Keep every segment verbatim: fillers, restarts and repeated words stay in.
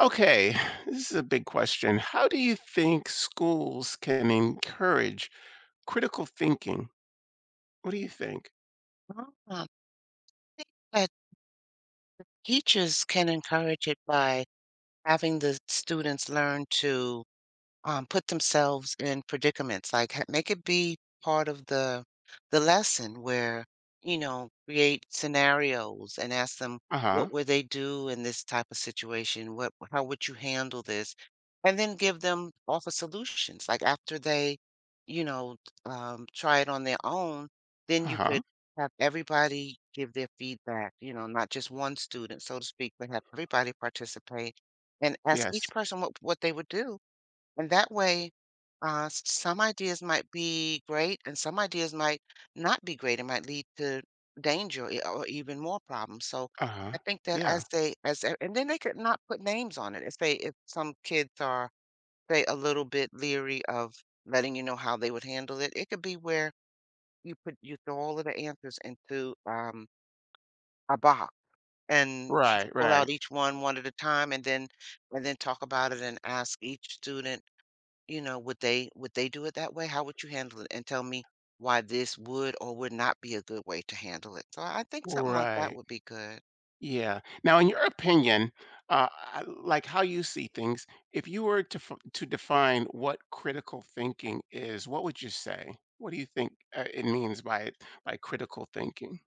Okay, this is a big question. How do you think schools can encourage critical thinking? What do you think? Ah, I think that teachers can encourage it by having the students learn to um, put themselves in predicaments. Like, ha- make it be part of the the lesson where you know create scenarios and ask them Uh-huh. what would they do in this type of situation. What How would you handle this? And then give them offer solutions. Like after they, you know, um, try it on their own, then you Uh-huh. could have everybody give their feedback. You know, not just one student, so to speak, but have everybody participate and ask each Yes. person what what they would do. And that way, uh, s- some ideas might be great and some ideas might not be great. It might lead to danger e- or even more problems. So Uh-huh. I think that Yeah. as they as a- and then they could not put names on it if they if some kids are say a little bit leery of letting you know how they would handle it. It could be where you put you throw all of the answers into um a box, and she could Right, pull out right. each one one at a time, and then and then talk about it and ask each student, you know, would they would they do it that way? How would you handle it? And tell me why this would or would not be a good way to handle it. So I think something like that Right. would be good. Yeah. Now, in your opinion, uh, I- like how you see things, if you were to f- to define what critical thinking is, what would you say? What do you think uh, it means by by critical thinking?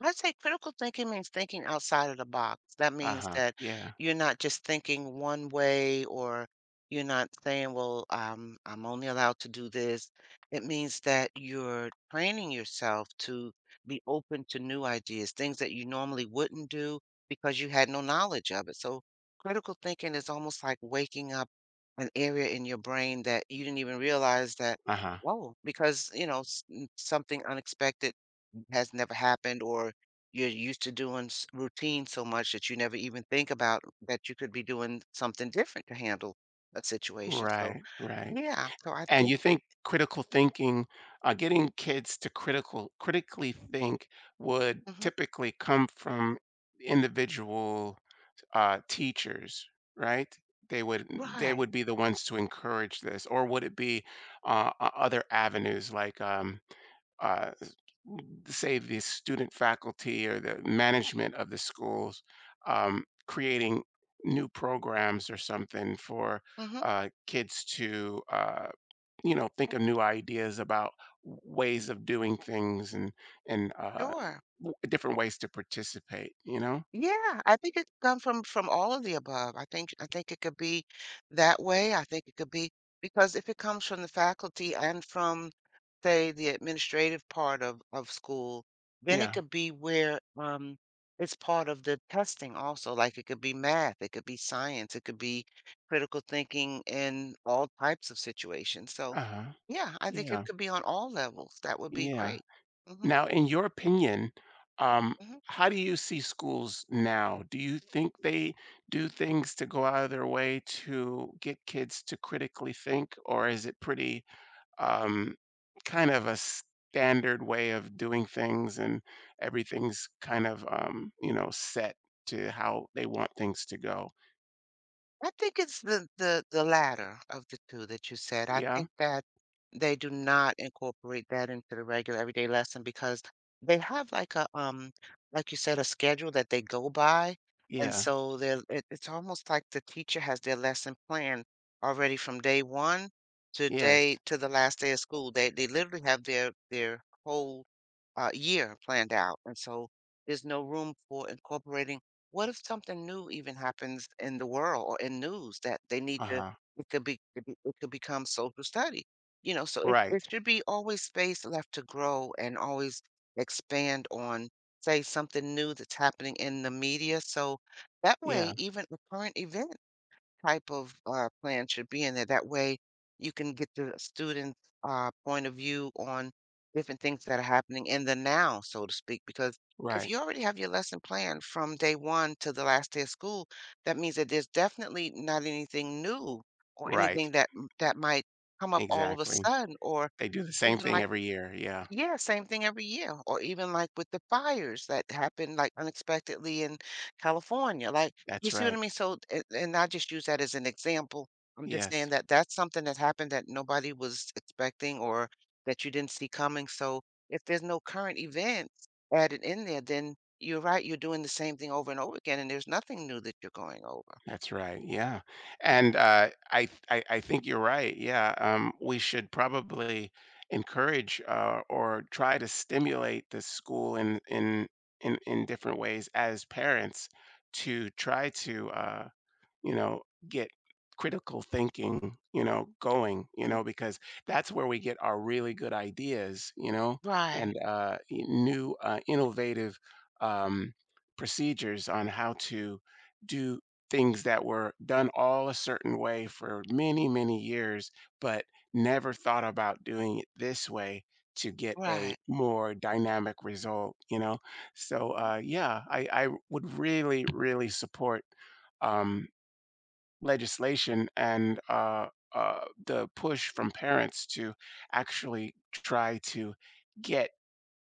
I'd say critical thinking means thinking outside of the box. That means Uh-huh. that Yeah. you're not just thinking one way, or you're not saying, well, um, I'm only allowed to do this. It means that you're training yourself to be open to new ideas, things that you normally wouldn't do because you had no knowledge of it. So critical thinking is almost like waking up an area in your brain that you didn't even realize that, Uh-huh. whoa, because, you know, s- n- something unexpected has never happened, or you're used to doing s- routine so much that you never even think about that you could be doing something different to handle a situation. So Right, right. yeah, so I And think you it, think critical thinking, uh, getting kids to critical critically think would hmm typically come from individual uh, teachers, right? They would they Right. would be the ones to encourage this, or would it be uh, o- other avenues like um, uh, say the student faculty or the management of the schools, um, creating new programs or something for hmm uh, kids to uh, you know, think of new ideas about w- ways of doing things and and uh, sure. w- different ways to participate, you know. Yeah, I think it could come from from all of the above. I think I think it could be that way. I think it could be because if it comes from the faculty and from, say, the administrative part of of school, then it Yeah. could be where um it's part of the testing also. Like it could be math, it could be science, it could be critical thinking in all types of situations. So, Uh-huh. yeah, I think it Yeah. could be on all levels. That would be Yeah. great. hmm Now, in your opinion, um, hmm how do you see schools now? Do you think they do things to go out of their way to get kids to critically think, or is it pretty, um, kind of a standard way of doing things, and everything's kind of, um, you know, set to how they want things to go? I think it's the the the latter of the two that you said. I Yeah, think that they do not incorporate that into the regular everyday lesson because they have like a, um, like you said, a schedule that they go by, and yeah, so they're it it's almost like the teacher has their lesson plan already from day one to yes. day to the last day of school. They they literally have their their whole, uh, year planned out, and so there's no room for incorporating what if something new even happens in the world or in news that they need to. Uh-huh. It could be could be It could become social study, you know, so it Right. it should be always space left to grow and always expand on, say, something new that's happening in the media. So that way, Yeah, even a current event type of uh, plan should be in there. That way, you can get the student's uh, point of view on different things that are happening in the now, so to speak. Because if right, you already have your lesson plan from day one to the last day of school, that means that there's definitely not anything new or right. anything that that might come up all of a Exactly. sudden, or They do the same even thing like every year. Yeah, yeah, same thing every year, or even like with the fires that happened like unexpectedly in California. Like, you that's see what I right. mean? So, a- and I just use that as an example. I'm just Yes, saying that that's something that happened that nobody was expecting or that you didn't see coming. So, if there's no current events added in there, then you're right, you're doing the same thing over and over again, and there's nothing new that you're going over. that's right. Yeah, Mhm. and uh, I, th- I I think you're right. Yeah, um, we should probably encourage, uh, or try to stimulate the school in in in in different ways as parents to try to, uh, you know, get critical thinking, you know, going, you Mm, know, because that's where we get our really good ideas, you know, and right, uh, y- new uh, innovative, um, procedures on how to do things that were done all a certain way for many, many years, but never thought about doing it this way to get a right, more dynamic result, you know? So, uh, yeah, I, I would really, really support, um, legislation and uh, uh, the push from parents to actually try to get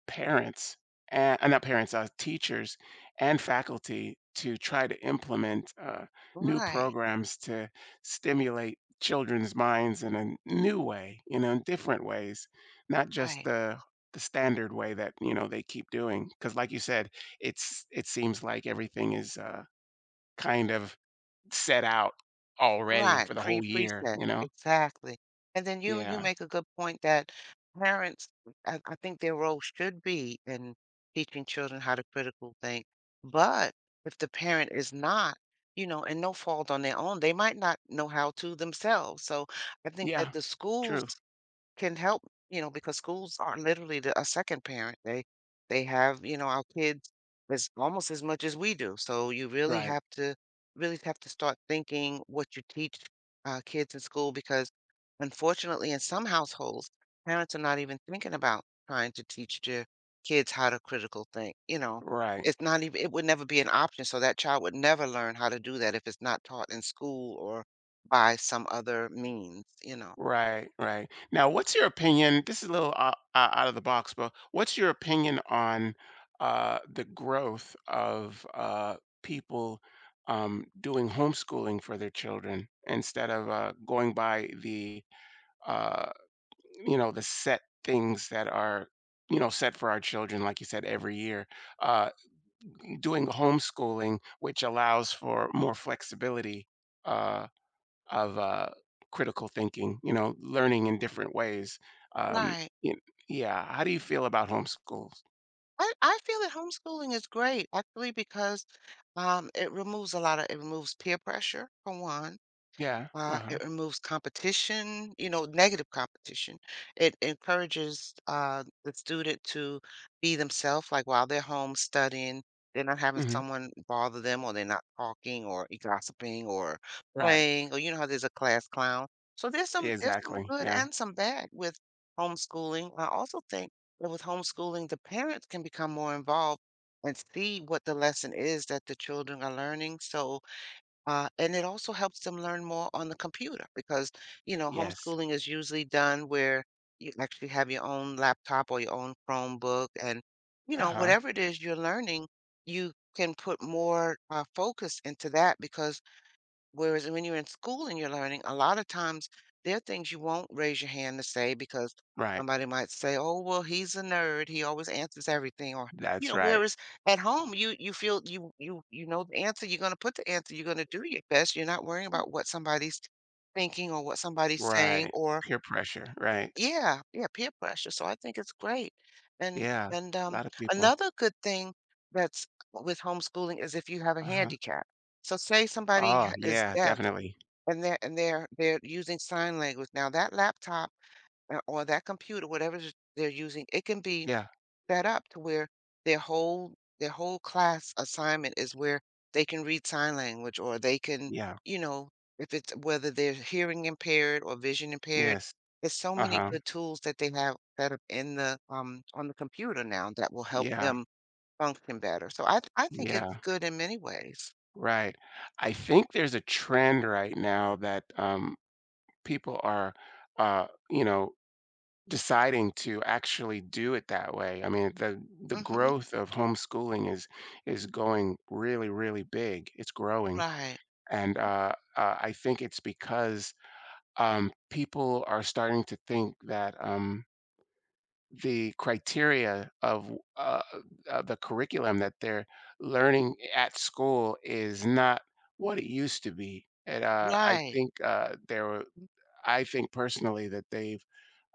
parents and uh, not parents, uh, teachers and faculty to try to implement uh, new right, programs to stimulate children's minds in a new way, you know, in different ways, not just right. the the standard way that, you know, they keep doing. Because, like you said, it's, it seems like everything is, uh, kind of set out already Right, for the pre whole year, preset, you know? exactly, and then you you Yeah. make a good point that parents, I I think their role should be in teaching children how to critical think, but if the parent is not, you know, and no fault on their own, they might not know how to themselves, so I think that Yeah. the schools True. can help, you know, because schools aren't literally the, a second parent. They they have, you know, our kids as almost as much as we do. So you really Right. have to really have to start thinking what you teach uh, kids in school, because unfortunately in some households parents are not even thinking about trying to teach their kids how to critical think. You know, Right. it's not even it would never be an option. So that child would never learn how to do that if it's not taught in school or by some other means, you know. Right. Right. Now, what's your opinion? This is a little uh, uh, out of the box, but what's your opinion on uh, the growth of uh, people, um, doing homeschooling for their children instead of uh, going by the, uh, you know, the set things that are, you know, set for our children, like you said, every year? Uh, Doing homeschooling, which allows for more flexibility, uh, of uh, critical thinking, you know, learning in different ways. Um, Right. y- yeah. How do you feel about homeschools? I, I feel that homeschooling is great actually because um, it removes a lot of it removes peer pressure for one. Yeah. Uh uh, huh. It removes competition, you know, negative competition. It encourages uh, the student to be themselves. Like while they're home studying, they're not having Hmm. someone bother them, or they're not talking, or gossiping, or Right. playing, or you know how there's a class clown. So there's some there's some Exactly. good Yeah. and some bad with homeschooling. I also think that with homeschooling, the parents can become more involved and see what the lesson is that the children are learning. So uh, and it also helps them learn more on the computer because, you know, Yes. homeschooling is usually done where you actually have your own laptop or your own Chromebook. And, you Uh know, huh. whatever it is you're learning, you can put more uh, focus into that because whereas when you're in school and you're learning, a lot of times there are things you won't raise your hand to say because Right. somebody might say, "Oh, well, he's a nerd. He always answers everything." Or, you That's know, right. whereas at home you you feel you you you know the answer, you're going to put the answer, you're going to do your best. You're not worrying about what somebody's thinking or what somebody's saying Right. or Peer pressure. Right. yeah, yeah, peer pressure. So I think it's great. And Yeah. and A um lot of people. another good thing that's with homeschooling is if you have a Uh huh. handicap. So say somebody h- Oh, is yeah. deaf Definitely. and they're and they're they're using sign language. Now that laptop or or that computer, whatever it is they're using, it can be Yeah. set up to where their whole their whole class assignment is where they can read sign language, or they can, Yeah. you know, if it's whether they're hearing impaired or vision impaired, Yes. there's so Uh many huh. good tools that they have set up in the um on the computer now that will help Yeah. them function better. So I I think it's Yeah. good in many ways. Right. I think there's a trend right now that, um, people are, uh, you know, deciding to actually do it that way. I mean, the the Hmm. growth of homeschooling is is going really, really big. It's growing, Right. and uh, uh, I think it's because, um, people are starting to think that. Um, the criteria of uh, uh, the curriculum that they're learning at school is not what it used to be. And uh, I Right. think uh, there were, I think personally that they've,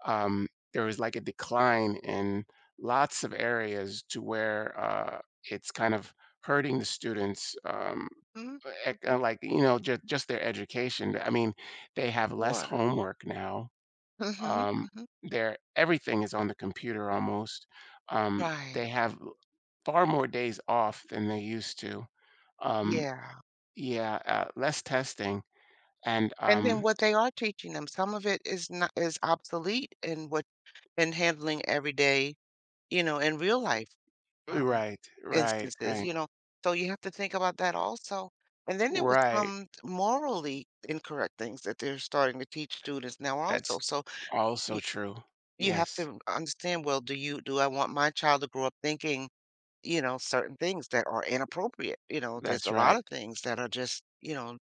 um, there was like a decline in lots of areas to where, uh, it's kind of hurting the students. Um, Mhm. ec- uh, Mhm. like, you know, just just their education. I mean, they have less Sure. homework now, Mhm, um, mhm. their everything is on the computer almost. Um, Right. they have l- far more days off than they used to. Um, Yeah. yeah, uh, less testing and And then um, what they are teaching them, some of it is not is obsolete in what in handling every day, you know, in real life, um, right, right, instances, right, you know? So you have to think about that also. And then there was right. some morally incorrect things that they're starting to teach students now also. That's So also you true. you have Yes, to understand, well, do you do I want my child to grow up thinking, you know, certain things that are inappropriate? You know, there's that's a lot right. of things that are just, you know,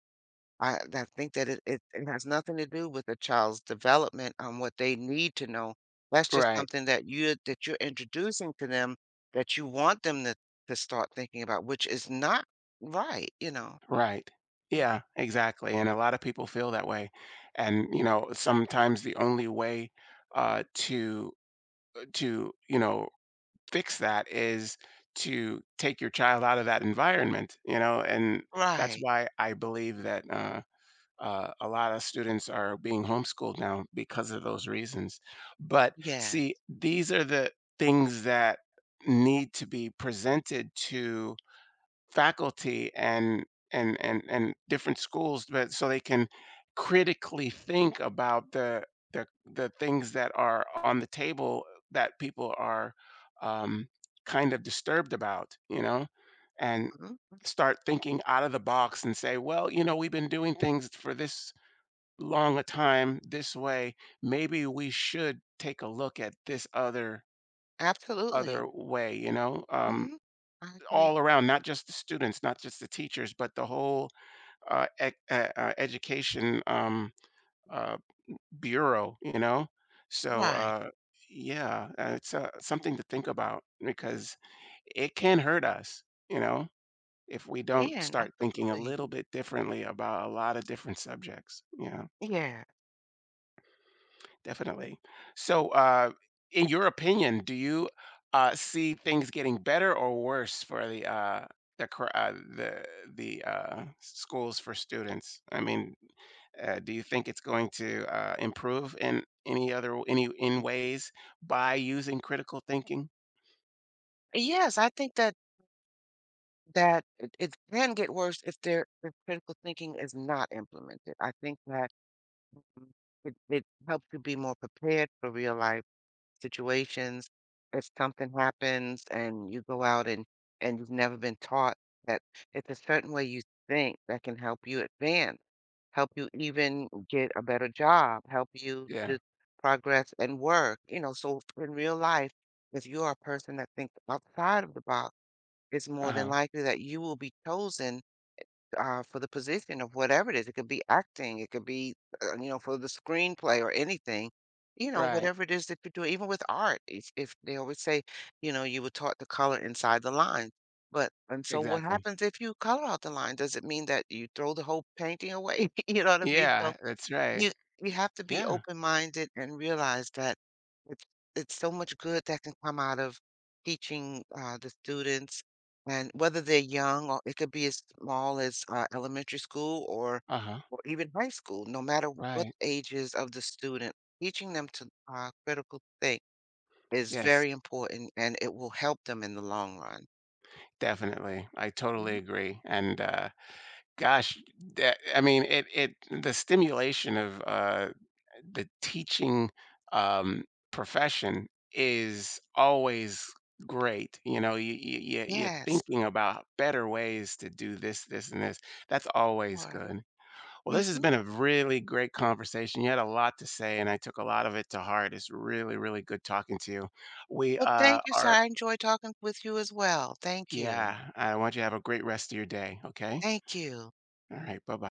I I think that it it it has nothing to do with a child's development on what they need to know. That's just Right, something that you that you're introducing to them, that you want them to to start thinking about, which is not right, you know. right. Mhm. Yeah, exactly. And a lot of people feel that way. And you know, sometimes the only way uh to to, you know, fix that is to take your child out of that environment, you know? And that's Right. why I believe that uh, uh, a lot of students are being homeschooled now because of those reasons. But Yes. see, these are the things that need to be presented to faculty and and and and different schools, but so they can critically think about the the the things that are on the table that people are, um, kind of disturbed about, you know, and Mhm. start thinking out of the box and say, well, you know, we've been doing things for this long a time this way, maybe we should take a look at this other Absolutely. other way, you know. um Mhm. I agree. All around, not just the students, not just the teachers, but the whole uh, ec- uh, uh, education, um, uh, bureau, you know? So, Right. uh, yeah, uh, it's uh, something to think about because it can hurt us, you know, if we don't Can, start thinking a absolutely. little bit differently about a lot of different subjects. Yeah. Yeah. Definitely. So, uh, in your opinion, do you uh, see things getting better or worse for the uh, the cur- uh, the the uh, schools for students? I mean, uh, do you think it's going to uh, improve in any other any in ways by using critical thinking? Yes, I think that that it, it can get worse if there if critical thinking is not implemented. I think that mm, it, it helps you be more prepared for real life situations. If something happens and you go out and and you've never been taught that it's a certain way, you think that can help you advance, help you even get a better job, help you Yeah. to progress and work. You know, so in real life, if you are a person that thinks outside of the box, it's Uh more than huh. likely that you will be chosen uh, for the position of whatever it is. It could be acting, it could be, uh, you know, for the screenplay or anything, you know, Right. whatever it is that you do, even with art. If, if they always say, you know, you were taught to color inside the lines. But, and so what Exactly. happens if you color out the line? Does it mean that you throw the whole painting away? You know what I mean? So Yeah. That's right. you you have to be Yeah. open-minded and realize that it's it's so much good that can come out of teaching, uh, the students, and whether they're young or it could be as small as, uh, elementary school or Uh huh. or even high school, no matter what Right. ages of the student, teaching them to, uh, critical think is Yes. very important, and it will help them in the long run. Definitely. I totally Mhm. agree. And uh, gosh, that I mean, it it the stimulation of, uh, the teaching, um, profession is always great, you know, you you you you're Yes, thinking about better ways to do this, this, and this. That's always sure. good. Well, this has Mhm. been a really great conversation. You had a lot to say, and I took a lot of it to heart. It's really, really good talking to you. We, Well, uh, thank you, sir, are, I enjoy talking with you as well. Thank you. yeah, I want you to have a great rest of your day, okay? Thank you. All right, bye-bye.